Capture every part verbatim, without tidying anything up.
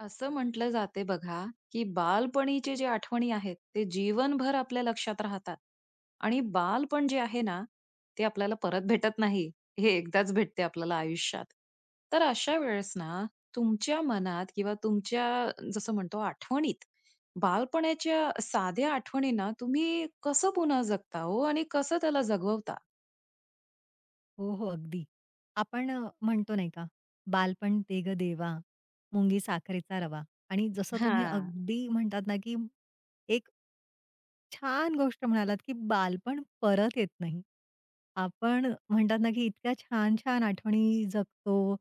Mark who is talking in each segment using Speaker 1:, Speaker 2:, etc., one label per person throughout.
Speaker 1: असं म्हटलं जाते बघा, की बालपणीचे जे आठवणी आहेत, ते जीवनभर आपल्या लक्षात राहतात आणि बालपण जे आहे ना, ते आपल्याला परत भेटत नाही. हे एकदाच भेटते आपल्याला आयुष्यात. तर अशा वेळेस ना, तुमच्या मनात किंवा तुमच्या जसं म्हणतो आठवणीत, बालपणाच्या साध्या आठवणींना तुम्ही कसं पुन्हा जगता हो आणि कसं त्याला जगवता?
Speaker 2: हो, हो. अगदी. आपण अ, म्हणतो नाही का, "बालपण ते गं देवा, मुंगी साखरेचा रवा" आणि जसं तुम्ही
Speaker 1: हां.
Speaker 2: अगदी म्हणतात ना, की एक छान गोष्ट म्हणालात, की बालपण परत येत नाही. आपण म्हणतात ना, की इतक्या छान-छान आठवणी जगतो.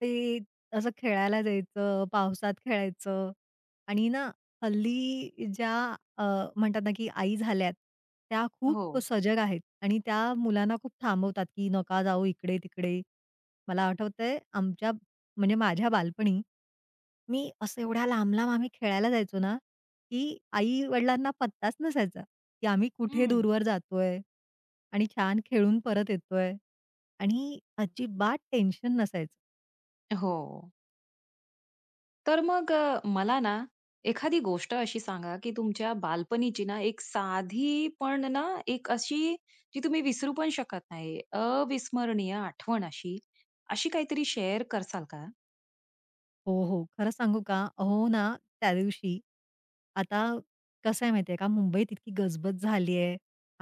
Speaker 2: ते असं खेळायला जायचं, पावसात खेळायचं आणि ना हल्ली ज्या अ, म्हणतात ना, की आई झाल्यात, त्या
Speaker 1: हो.
Speaker 2: खूप सजग आहेत आणि त्या मुलांना खूप थांबवतात, की नका जाऊ इकडे-तिकडे. मला आठवतंय आमच्या म्हणजे माझ्या बालपणी, मी असं एवढ्या लांब-लांब आम्ही खेळायला जायचो ना, की आई-वडिलांना पत्ताच नसायचा, की आम्ही कुठे
Speaker 1: हं.
Speaker 2: दूरवर जातोय आणि छान खेळून परत येतोय आणि अजिबात टेन्शन नसायचं.
Speaker 1: हो. तर मग अ, मला ना एखादी गोष्ट अशी सांगा, की तुमच्या बालपणीची ना एक साधी पण ना एक अशी जी तुम्ही विसरू पण शकत नाही, अविस्मरणीय आठवण अशी, अशी काहीतरी शेअर करसाल का?
Speaker 2: हो, हो. खरं सांगू का? अहो ना, त्यादिवशी आता कसं आहे माहिती का? मुंबईत इतकी गजबज झाली आहे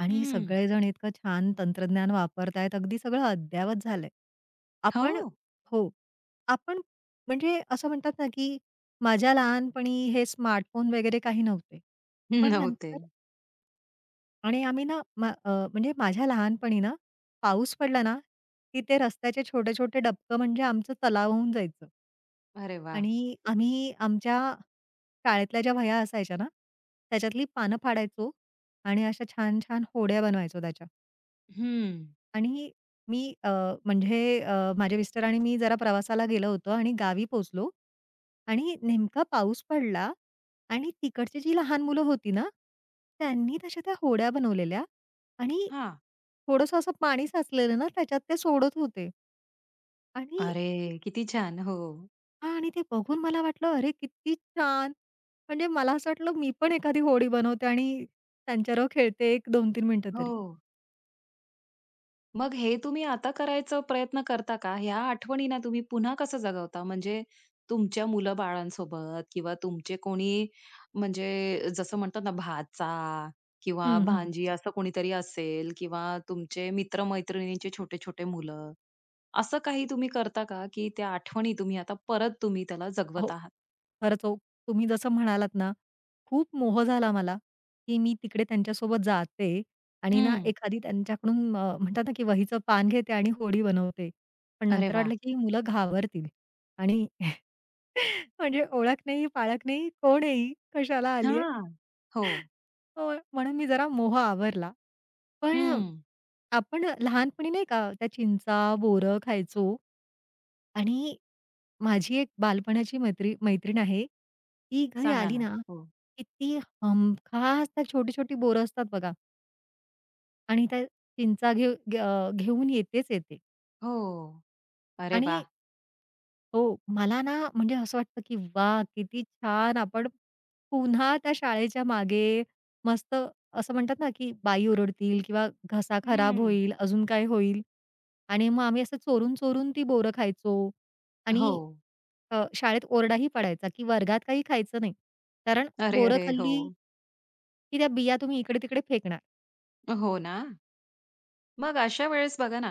Speaker 2: आणि
Speaker 1: हं.
Speaker 2: सगळेजण इतकं छान तंत्रज्ञान वापरतायत. अगदी सगळं अद्ययावत झालंय.
Speaker 1: हो.
Speaker 2: आपण हो. आपण म्हणजे असं म्हणतात ना, की माझ्या लहानपणी हे स्मार्टफोन वगैरे काही नव्हते. पण
Speaker 1: नव्हते.
Speaker 2: नंतर आणि आम्ही ना मा अ, म्हणजे माझ्या लहानपणी ना, पाऊस पडला ना, की ते रस्त्याचे छोटे-छोटे डबकं म्हणजे आमचं तलाव होऊन जायचं.
Speaker 1: अरे वाह!
Speaker 2: आणि आम्ही आमच्या शाळेतल्या ज्या वह्या असायच्या ना, त्याच्यातली पानं फाडायचो आणि अशा छान-छान होड्या बनवायचो त्याच्या.
Speaker 1: हं.
Speaker 2: आणि मी अ, म्हणजे अ, माझे मिस्टर आणि मी जरा प्रवासाला गेलो होतो आणि गावी पोहोचलो आणि नेमका पाऊस पडला आणि तिकडची जी लहान मुलं होती ना, त्यांनी तशा त्या होड्या बनवलेल्या आणि
Speaker 1: हां.
Speaker 2: थोडंसं असं पाणी साचलेलं ना, त्याच्यात ते सोडत होते आणि
Speaker 1: अरे, किती छान. हो.
Speaker 2: हां आणि ते बघून मला वाटलं, "अरे किती छान!" म्हणजे मला असं वाटलं, मी पण एखादी होडी बनवते आणि त्यांच्याबरोबर खेळते एक दोन तीन मिनिटं तरी.
Speaker 1: हो. मग हे तुम्ही आता करायचा प्रयत्न करता का? ह्या आठवणींना तुम्ही पुन्हा कसं जगवता? म्हणजे तुमच्या मुलं-बाळांसोबत किंवा तुमचे कोणी म्हणजे जसं म्हणतात ना भाचा किंवा
Speaker 2: हं, हं.
Speaker 1: भांजी असं कोणीतरी असेल किंवा तुमचे मित्र छोटे-छोटे मुलं, असं काही तुम्ही करता का, की त्या आठवणी तुम्ही आता परत तुम्ही त्याला
Speaker 2: हो,
Speaker 1: जगवत आहात?
Speaker 2: खरंच हो. तुम्ही जसं म्हणालात ना, खूप मोह झाला मला, की मी तिकडे त्यांच्यासोबत जाते आणि ना
Speaker 1: हं.
Speaker 2: एखादी त्यांच्याकडून अ, म्हणतात ना, की वहीचं पान घेते आणि होडी बनवते. पण
Speaker 1: अरे
Speaker 2: नंतर
Speaker 1: वाह!
Speaker 2: वाटलं, की ही मुलं घाबरतील आणि म्हणजे ओळख नाही, पाळख नाही, कोण आहे ही? कशाला आली
Speaker 1: हां. हो.
Speaker 2: होय, म्हणून मी जरा मोह आवरला. पण
Speaker 1: हं.
Speaker 2: आपण लहानपणी नाही का त्या चिंचा, बोरं खायचो आणि माझी एक बालपणाची मैत्री मैत्रीण आहे. ती घरी
Speaker 1: सांगा
Speaker 2: आली
Speaker 1: ना.
Speaker 2: ना,
Speaker 1: हो.
Speaker 2: की ती हमखास त्या छोटी-छोटी बोरं असतात बघा आणि त्या चिंचा घेऊ घे- अ, घेऊन येतेच येते
Speaker 1: हो. अरे
Speaker 2: आणि
Speaker 1: वाह!
Speaker 2: हो. मला ना म्हणजे असं वाटतं, की वा किती छान आपण पुन्हा त्या शाळेच्या मागे मस्त असं म्हणतात ना, की बाई ओरडतील किंवा घसा खराब
Speaker 1: हं.
Speaker 2: होईल, अजून काय होईल? आणि मग आम्ही असं चोरून-चोरून ती बोरं खायचो
Speaker 1: हो.
Speaker 2: आणि अ, शाळेत ओरडाही पडायचा, की वर्गात काही खायचं नाही. कारण
Speaker 1: अरे,
Speaker 2: बोरं
Speaker 1: अरे!
Speaker 2: खाल्ली,
Speaker 1: हो.
Speaker 2: की त्या बिया तुम्ही इकडे-तिकडे फेकणार.
Speaker 1: हो ना. मग अशा वेळेस बघा ना,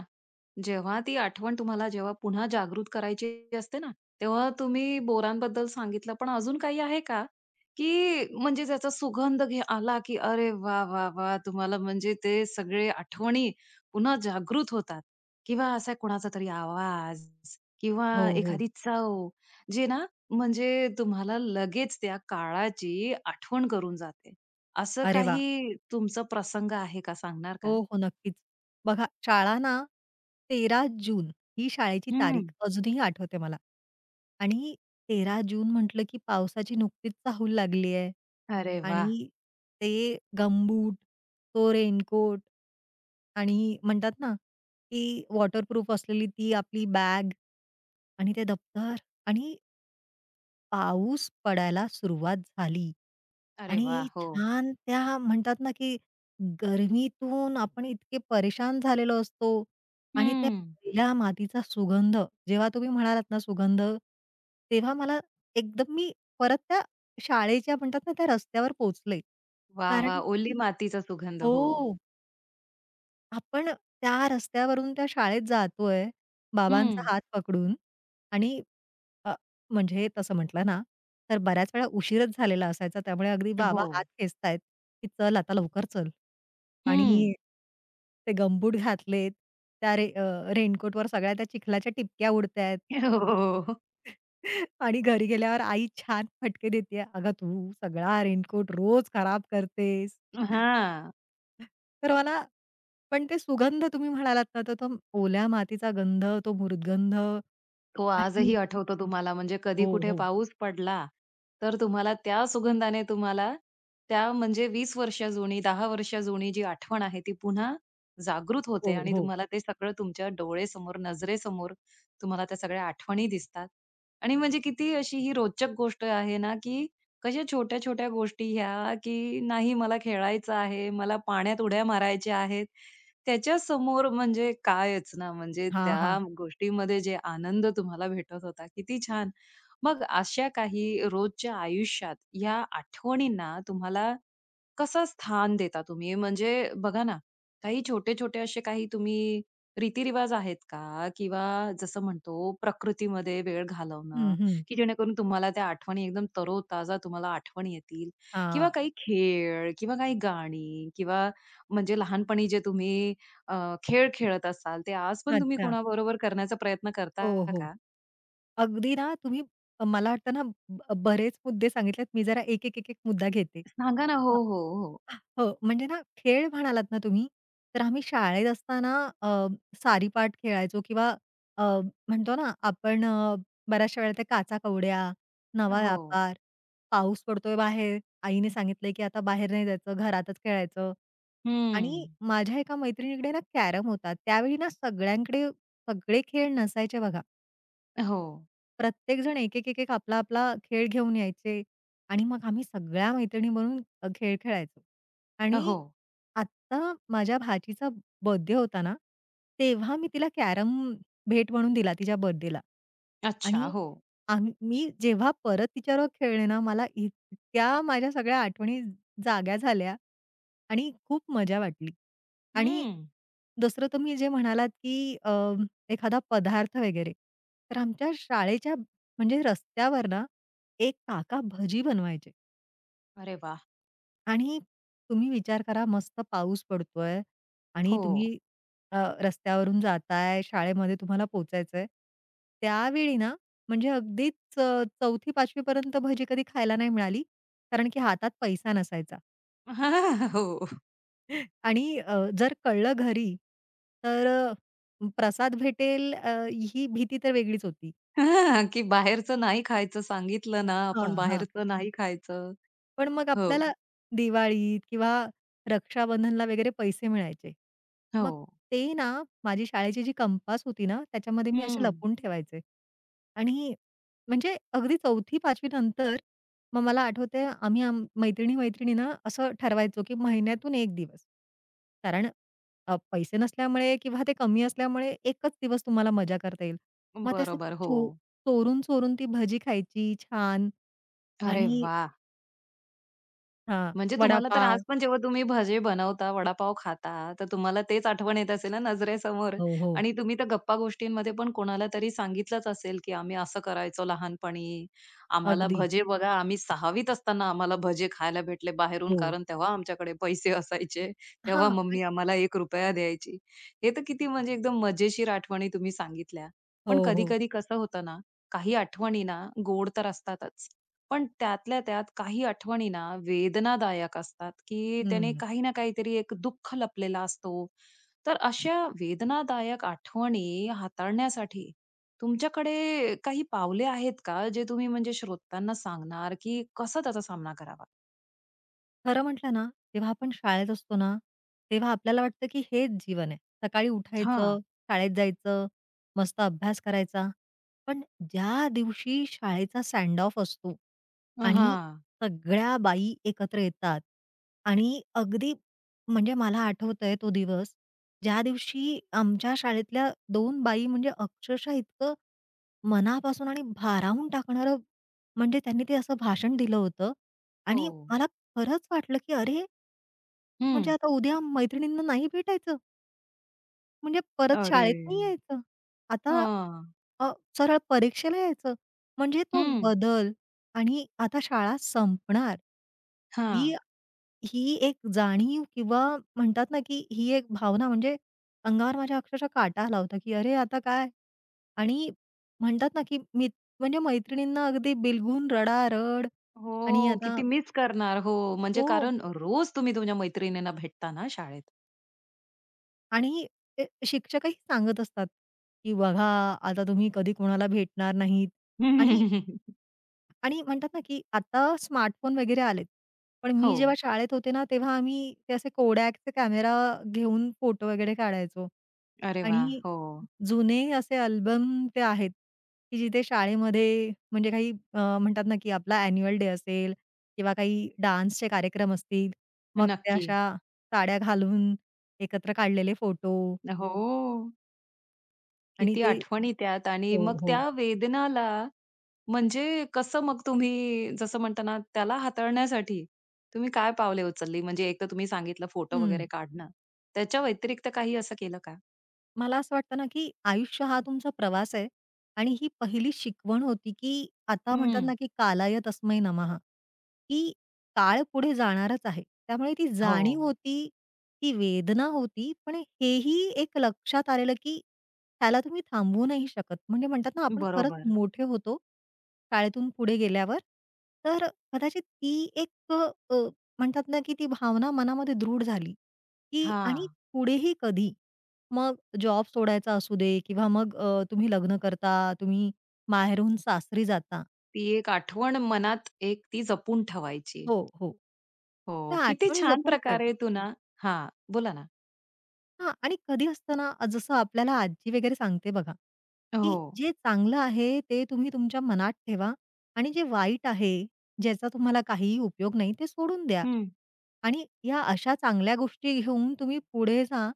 Speaker 1: जेव्हा ती आठवण तुम्हाला जेव्हा पुन्हा जागृत करायची असते ना, तेव्हा तुम्ही बोरांबद्दल सांगितलं, पण अजून काही आहे का? की म्हणजे ज्याचा सुगंध घे आला, की अरे वा, वा, वा, तुम्हाला म्हणजे ते सगळे आठवणी पुन्हा जागृत होतात किंवा असा कोणाचा तरी आवाज किंवा
Speaker 2: हो, हो.
Speaker 1: एखादी चव, जे ना म्हणजे तुम्हाला लगेच त्या काळाची आठवण करून जाते. असं
Speaker 2: अरे वाह!
Speaker 1: काही तुमचा प्रसंग आहे का? सांगणार का?
Speaker 2: हो, हो. नक्कीच. बघा शाळा ना तेरा जून ही शाळेची तारीख
Speaker 1: हं.
Speaker 2: अजूनही आठवते मला. आणि तेरा जून म्हटलं की पावसाची नुकतीच चाहूल लागली आहे
Speaker 1: अरे वाह!
Speaker 2: आणि ते गमबूट, तो रेनकोट आणि म्हणतात ना, की वॉटरप्रूफ असलेली ती आपली बॅग आणि ते दप्तर आणि पाऊस पडायला सुरुवात झाली
Speaker 1: अरे वाह!
Speaker 2: आणि
Speaker 1: हो.
Speaker 2: छान त्या म्हणतात ना, की गरमीतून आपण इतके परेशान झालेलो असतो आणि त्या
Speaker 1: हं.
Speaker 2: पहिल्या मातीचा सुगंध जेव्हा तुम्ही म्हणालात ना सुगंध, तेव्हा मला एकदम मी परत त्या शाळेच्या म्हणतात ना, त्या रस्त्यावर पोहोचले.
Speaker 1: वाह,
Speaker 2: कारण
Speaker 1: वाह!
Speaker 2: की
Speaker 1: ओली मातीचा सुगंध. हो.
Speaker 2: हो. आपण त्या रस्त्यावरून त्या शाळेत जातोय,
Speaker 1: हं.
Speaker 2: बाबांचा हात पकडून आणि अ, म्हणजे तसं म्हटलं ना, तर बऱ्याच वेळा उशीरच झालेला असायचा. त्यामुळे अगदी बाबा
Speaker 1: हो.
Speaker 2: हात खेचतायत, की "चल आता लवकर चल."
Speaker 1: हं.
Speaker 2: आणि ते गमबूट घातलेत, त्या रे अ, रेनकोटवर सगळ्या त्या चिखलाच्या टिपक्या उडतायत
Speaker 1: हो.
Speaker 2: आणि घरी गेल्यावर आई छान फटके देतेय, "अगं, तू सगळा रेनकोट रोज खराब करतेस."
Speaker 1: हां.
Speaker 2: तर मला पण ते सुगंध तुम्ही म्हणालात ना, तर तो ओल्या मातीचा गंध, तो मृदगंध
Speaker 1: तो
Speaker 2: आणि
Speaker 1: आजही आठवतो तुम्हाला म्हणजे कधी
Speaker 2: हो,
Speaker 1: कुठे
Speaker 2: हो.
Speaker 1: पाऊस पडला, तर तुम्हाला त्या सुगंधाने तुम्हाला त्या म्हणजे वीस वर्ष जुनी, दहा वर्ष जुनी जी आठवण आहे ती पुन्हा जागृत
Speaker 2: हो,
Speaker 1: होते आणि
Speaker 2: हो.
Speaker 1: तुम्हाला ते सगळं तुमच्या डोळेसमोर, नजरेसमोर तुम्हाला त्या सगळ्या आठवणी दिसतात. आणि म्हणजे किती अशी ही रोचक गोष्ट आहे ना, की कशा छोट्या-छोट्या गोष्टी ह्या, की नाही मला खेळायचं आहे, मला पाण्यात उड्या मारायच्या आहेत. त्याच्यासमोर म्हणजे कायच ना, म्हणजे
Speaker 2: हां, हां.
Speaker 1: त्या गोष्टीमध्ये जे आनंद तुम्हाला भेटत होता, किती छान. मग अशा काही रोजच्या आयुष्यात या आठवणींना तुम्हाला कसं स्थान देता तुम्ही? म्हणजे बघा ना, काही छोटे-छोटे असे काही तुम्ही रीतिरिवाज आहेत का? किंवा जसं म्हणतो प्रकृतीमध्ये वेळ
Speaker 2: हं,
Speaker 1: घालवणं,
Speaker 2: हं.
Speaker 1: की जेणेकरून तुम्हाला त्या आठवणी एकदम तरोताजा तुम्हाला आठवण येतील? किंवा
Speaker 2: हां.
Speaker 1: काही खेळ किंवा काही गाणी किंवा म्हणजे लहानपणी जे तुम्ही अ, खेळ खेळत असाल, ते आज पण तुम्ही
Speaker 2: अच्छा.
Speaker 1: कोणाबरोबर करण्याचा प्रयत्न करता
Speaker 2: हो, हो.
Speaker 1: का?
Speaker 2: अगदी ना तुम्ही मला वाटतं ना ब बरेच मुद्दे सांगितलेत. मी जरा एक, एक, एक, एक मुद्दा घेते.
Speaker 1: सांगा ना. हो,
Speaker 2: अ
Speaker 1: हो, हो.
Speaker 2: हो, म्हणजे ना खेळ म्हणालात ना तुम्ही, तर आम्ही शाळेत असताना अ, सारीपाट खेळायचो किंवा अ, म्हणतो ना आपण अ, बऱ्याचशा वेळेला ते काचा-कवड्या, नवा
Speaker 1: हो.
Speaker 2: व्यापार, पाऊस पडतोय बाहेर, आईने सांगितलंय की आता बाहेर नाही जायचं, घरातच खेळायचं. आणि
Speaker 1: हं.
Speaker 2: माझ्या एका मैत्रिणीकडे ना कॅरम होता. त्यावेळी ना सगळ्यांकडे सगळे खेळ नसायचे बघा.
Speaker 1: हो.
Speaker 2: प्रत्येकजण एक, एक, एक, एक आपला, आपला खेळ घेऊन यायचे आणि मग आम्ही सगळ्या मैत्रिणी म्हणून अ, खेळ खेळायचो. आणि
Speaker 1: हो.
Speaker 2: आत्ता माझ्या भाचीचा बर्थडे होता ना, तेव्हा मी तिला कॅरम भेट म्हणून दिला तिच्या बर्थडेला.
Speaker 1: अच्छा.
Speaker 2: आणि
Speaker 1: हो.
Speaker 2: आम्ही मी जेव्हा परत तिच्याबरोबर खेळले ना, मला इतक्या माझ्या सगळ्या आठवणी जाग्या झाल्या आणि खूप मजा वाटली. आणि
Speaker 1: हं.
Speaker 2: दुसरं तुम्ही जे म्हणालात, की अ, एखादा पदार्थ वगैरे. तर आमच्या शाळेच्या म्हणजे रस्त्यावर ना, एक काका भजी बनवायचे
Speaker 1: अरे वाह!
Speaker 2: आणि तुम्ही विचार करा मस्त पाऊस पडतोय आणि
Speaker 1: हो.
Speaker 2: तुम्ही अ, रस्त्यावरून जाताय, शाळेमध्ये तुम्हाला पोहचायचंय. त्यावेळी ना, म्हणजे अगदीच अ, चौथी पाचवी पर्यंत भजी कधी खायला नाही मिळाली. कारण की हातात पैसा नसायचा
Speaker 1: हो.
Speaker 2: आणि अ, जर कळलं घरी तर अ, प्रसाद भेटेल अ, ही भीती तर वेगळीच होती.
Speaker 1: की बाहेरचं नाही खायचं सांगितलं ना,
Speaker 2: हां,
Speaker 1: आपण
Speaker 2: हां.
Speaker 1: बाहेरचं नाही खायचं.
Speaker 2: पण मग
Speaker 1: हो.
Speaker 2: आपल्याला दिवाळीत किंवा रक्षाबंधनला वगैरे पैसे मिळायचे. मग
Speaker 1: हो.
Speaker 2: ते ना, माझी शाळेची जी कंपास होती ना, त्याच्यामध्ये मी असे
Speaker 1: हं.
Speaker 2: लपून ठेवायचे. आणि म्हणजे अगदी चौथी पाचवी नंतर मग मला आठवतंय आम्ही आम मैत्रिणी-मैत्रिणी ना, असं ठरवायचो, की महिन्यातून एक दिवस. कारण अ, पैसे नसल्यामुळे किंवा ते कमी असल्यामुळे एकच दिवस तुम्हाला मजा करता येईल. मग ते
Speaker 1: बरोबर. हो.
Speaker 2: चो चोरून-चोरून ती भजी खायची छान
Speaker 1: अरे
Speaker 2: आणि
Speaker 1: वाह!
Speaker 2: हां,
Speaker 1: म्हणजे तुम्हाला तर आज
Speaker 2: वडापाव.
Speaker 1: पण जेव्हा तुम्ही भजे बनवता, वडापाव खाता, तर तुम्हाला तेच आठवण येत असेल ना नजरेसमोर
Speaker 2: हो, हो.
Speaker 1: आणि तुम्ही तर गप्पा-गोष्टींमध्ये पण कोणाला तरी सांगितलंच असेल, की आम्ही असं करायचो लहानपणी. आम्हाला
Speaker 2: अगदी.
Speaker 1: भजे बघा, आम्ही सहावीत असताना आम्हाला भजे खायला भेटले बाहेरून,
Speaker 2: हो.
Speaker 1: कारण तेव्हा आमच्याकडे पैसे असायचे.
Speaker 2: हां.
Speaker 1: तेव्हा
Speaker 2: आणि
Speaker 1: मम्मी आम्हाला ₹एक रुपया द्यायची. हे तर किती म्हणजे एकदम मजेशीर आठवणी तुम्ही सांगितल्या. पण
Speaker 2: हो, हो.
Speaker 1: कधी-कधी कसं होतं ना, काही आठवणी ना गोड तर असतातच. पण त्यातल्या त्यात काही आठवणी ना वेदनादायक असतात, की त्याने
Speaker 2: हं.
Speaker 1: काही ना काहीतरी एक दुःख लपलेला असतो. तर अशा वेदनादायक आठवणी हाताळण्यासाठी तुमच्याकडे काही पावले आहेत का, जे तुम्ही म्हणजे श्रोत्यांना सांगणार, की कसा त्याचा सामना करावा?
Speaker 2: खरं म्हटलं ना, जेव्हा आपण शाळेत असतो ना, तेव्हा आपल्याला वाटतं की हेच जीवन आहे. सकाळी
Speaker 1: हां.
Speaker 2: उठायचं, शाळेत जायचं, मस्त अभ्यास करायचा. पण ज्या दिवशी शाळेचा सँड ऑफ असतो आणि
Speaker 1: हां.
Speaker 2: सगळ्या बाई एकत्र येतात आणि अगदी म्हणजे मला आठवतंय तो दिवस, ज्या दिवशी आमच्या शाळेतल्या दोन बाई म्हणजे अक्षरशः इतकं मनापासून आणि भारावून टाकणारं म्हणजे त्यांनी ते असं भाषण दिलं होतं
Speaker 1: हो.
Speaker 2: आणि मला खरंच वाटलं, की अरे, म्हणजे
Speaker 1: हं.
Speaker 2: आता उद्या मैत्रिणींना नाही भेटायचं, म्हणजे परत
Speaker 1: अरे!
Speaker 2: शाळेत नाही यायचं. आता
Speaker 1: हां.
Speaker 2: अ, सरळ परीक्षेला यायचं. म्हणजे तो
Speaker 1: हं.
Speaker 2: बदल आणि आता शाळा संपणार. ही
Speaker 1: हां.
Speaker 2: ही एक जाणीव किंवा म्हणतात ना, की ही एक भावना म्हणजे अंगावर माझ्या अक्षरशः काटा आला होता, की अरे, आता काय? आणि म्हणतात ना, की मी म्हणजे मैत्रिणींना अगदी बिलगून रडारड आणि
Speaker 1: हो,
Speaker 2: आता
Speaker 1: किती मिस करणार. हो, म्हणजे
Speaker 2: हो.
Speaker 1: कारण रोज तुम्ही तुमच्या मैत्रिणींना भेटता ना शाळेत.
Speaker 2: आणि ते शिक्षकही सांगत असतात, की बघा आता तुम्ही कधी कोणाला भेटणार नाहीत आणि आणि म्हणतात ना, की आता स्मार्टफोन वगैरे आलेत. पण मी
Speaker 1: हो.
Speaker 2: जेव्हा शाळेत होते ना, तेव्हा आम्ही ते असे Kodakचे कॅमेरा घेऊन फोटो वगैरे काढायचो.
Speaker 1: अरे वा,
Speaker 2: आणि
Speaker 1: हो.
Speaker 2: जुने असे अल्बम ते आहेत, की जिथे शाळेमध्ये म्हणजे काही अ, म्हणतात ना, की आपला अॅन्युअल डे असेल किंवा काही डान्सचे कार्यक्रम असतील, मग त्या
Speaker 1: नक्की.
Speaker 2: अशा साड्या घालून एकत्र काढलेले फोटो.
Speaker 1: हो,
Speaker 2: आणि
Speaker 1: किती
Speaker 2: ते
Speaker 1: आठवणी त्यात आणि
Speaker 2: हो,
Speaker 1: मग
Speaker 2: हो.
Speaker 1: त्या वेदनाला म्हणजे कसं मग तुम्ही जसं म्हणता ना, त्याला हाताळण्यासाठी तुम्ही काय पावले उचलली? म्हणजे एक तर तुम्ही सांगितलं फोटो
Speaker 2: हं.
Speaker 1: वगैरे काढणं. त्याच्या व्यतिरिक्त काही असं केलं का?
Speaker 2: मला असं वाटतं ना, की आयुष्य हा तुमचा प्रवास आहे आणि ही पहिली शिकवण होती, की आता म्हणतात
Speaker 1: हं.
Speaker 2: ना, की "कालाय तस्मै नमः" की काळ पुढे जाणारच आहे. त्यामुळे ती
Speaker 1: हो.
Speaker 2: जाणीव होती, ती वेदना होती, पण हेही एक लक्षात आलेलं, की त्याला तुम्ही थांबवू नाही शकत. म्हणजे म्हणतात ना, आपण खरंच
Speaker 1: बरोबर.
Speaker 2: मोठे होतो शाळेतून पुढे गेल्यावर. तर कदाचित ती एक अ, म्हणतात ना, की ती भावना मनामध्ये दृढ झाली, की आणि
Speaker 1: हां.
Speaker 2: पुढेही कधी? मग जॉब सोडायचा असू दे किंवा मग अ, तुम्ही लग्न करता, तुम्ही माहेरहून सासरी जाता.
Speaker 1: ती एक आठवण मनात एक ती जपून ठेवायची.
Speaker 2: हो, हो.
Speaker 1: हो.
Speaker 2: त्या
Speaker 1: किती
Speaker 2: आठवणी
Speaker 1: छान
Speaker 2: जपून ठेवा.
Speaker 1: प्रकारे तू ना हां. बोला ना.
Speaker 2: हां आणि कधी असतं ना, जसं आपल्याला आजी वगैरे सांगते बघा, की
Speaker 1: हो.
Speaker 2: जे चांगलं आहे ते तुम्ही तुमच्या मनात ठेवा आणि जे वाईट आहे, ज्याचा तुम्हाला काहीही उपयोग नाही ते सोडून द्या. आणि या अशा चांगल्या गोष्टी घेऊन तुम्ही पुढे जा,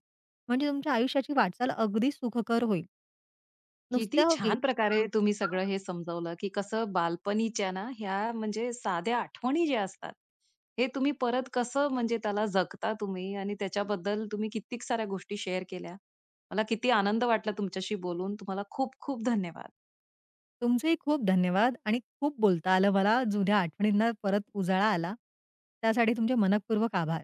Speaker 2: म्हणजे तुमच्या आयुष्याची वाटचाल अगदी सुखकर होईल.
Speaker 1: किती
Speaker 2: नुसत्या
Speaker 1: छान प्रकारे तुम्ही सगळं हे समजावलं, की कसं बालपणीच्या ना ह्या म्हणजे साध्या आठवणी ज्या असतात, हे तुम्ही परत कसं म्हणजे त्याला जगता तुम्ही आणि त्याच्याबद्दल तुम्ही कित्येक साऱ्या गोष्टी शेअर केल्या. मला किती आनंद वाटला तुमच्याशी बोलून. तुम्हाला खूप खूप धन्यवाद.
Speaker 2: तुमचेही खूप धन्यवाद आणि खूप बोलता आलं मला. जुन्या आठवणींना परत उजाळा आला. त्यासाठी तुमचे मनःपूर्वक आभार.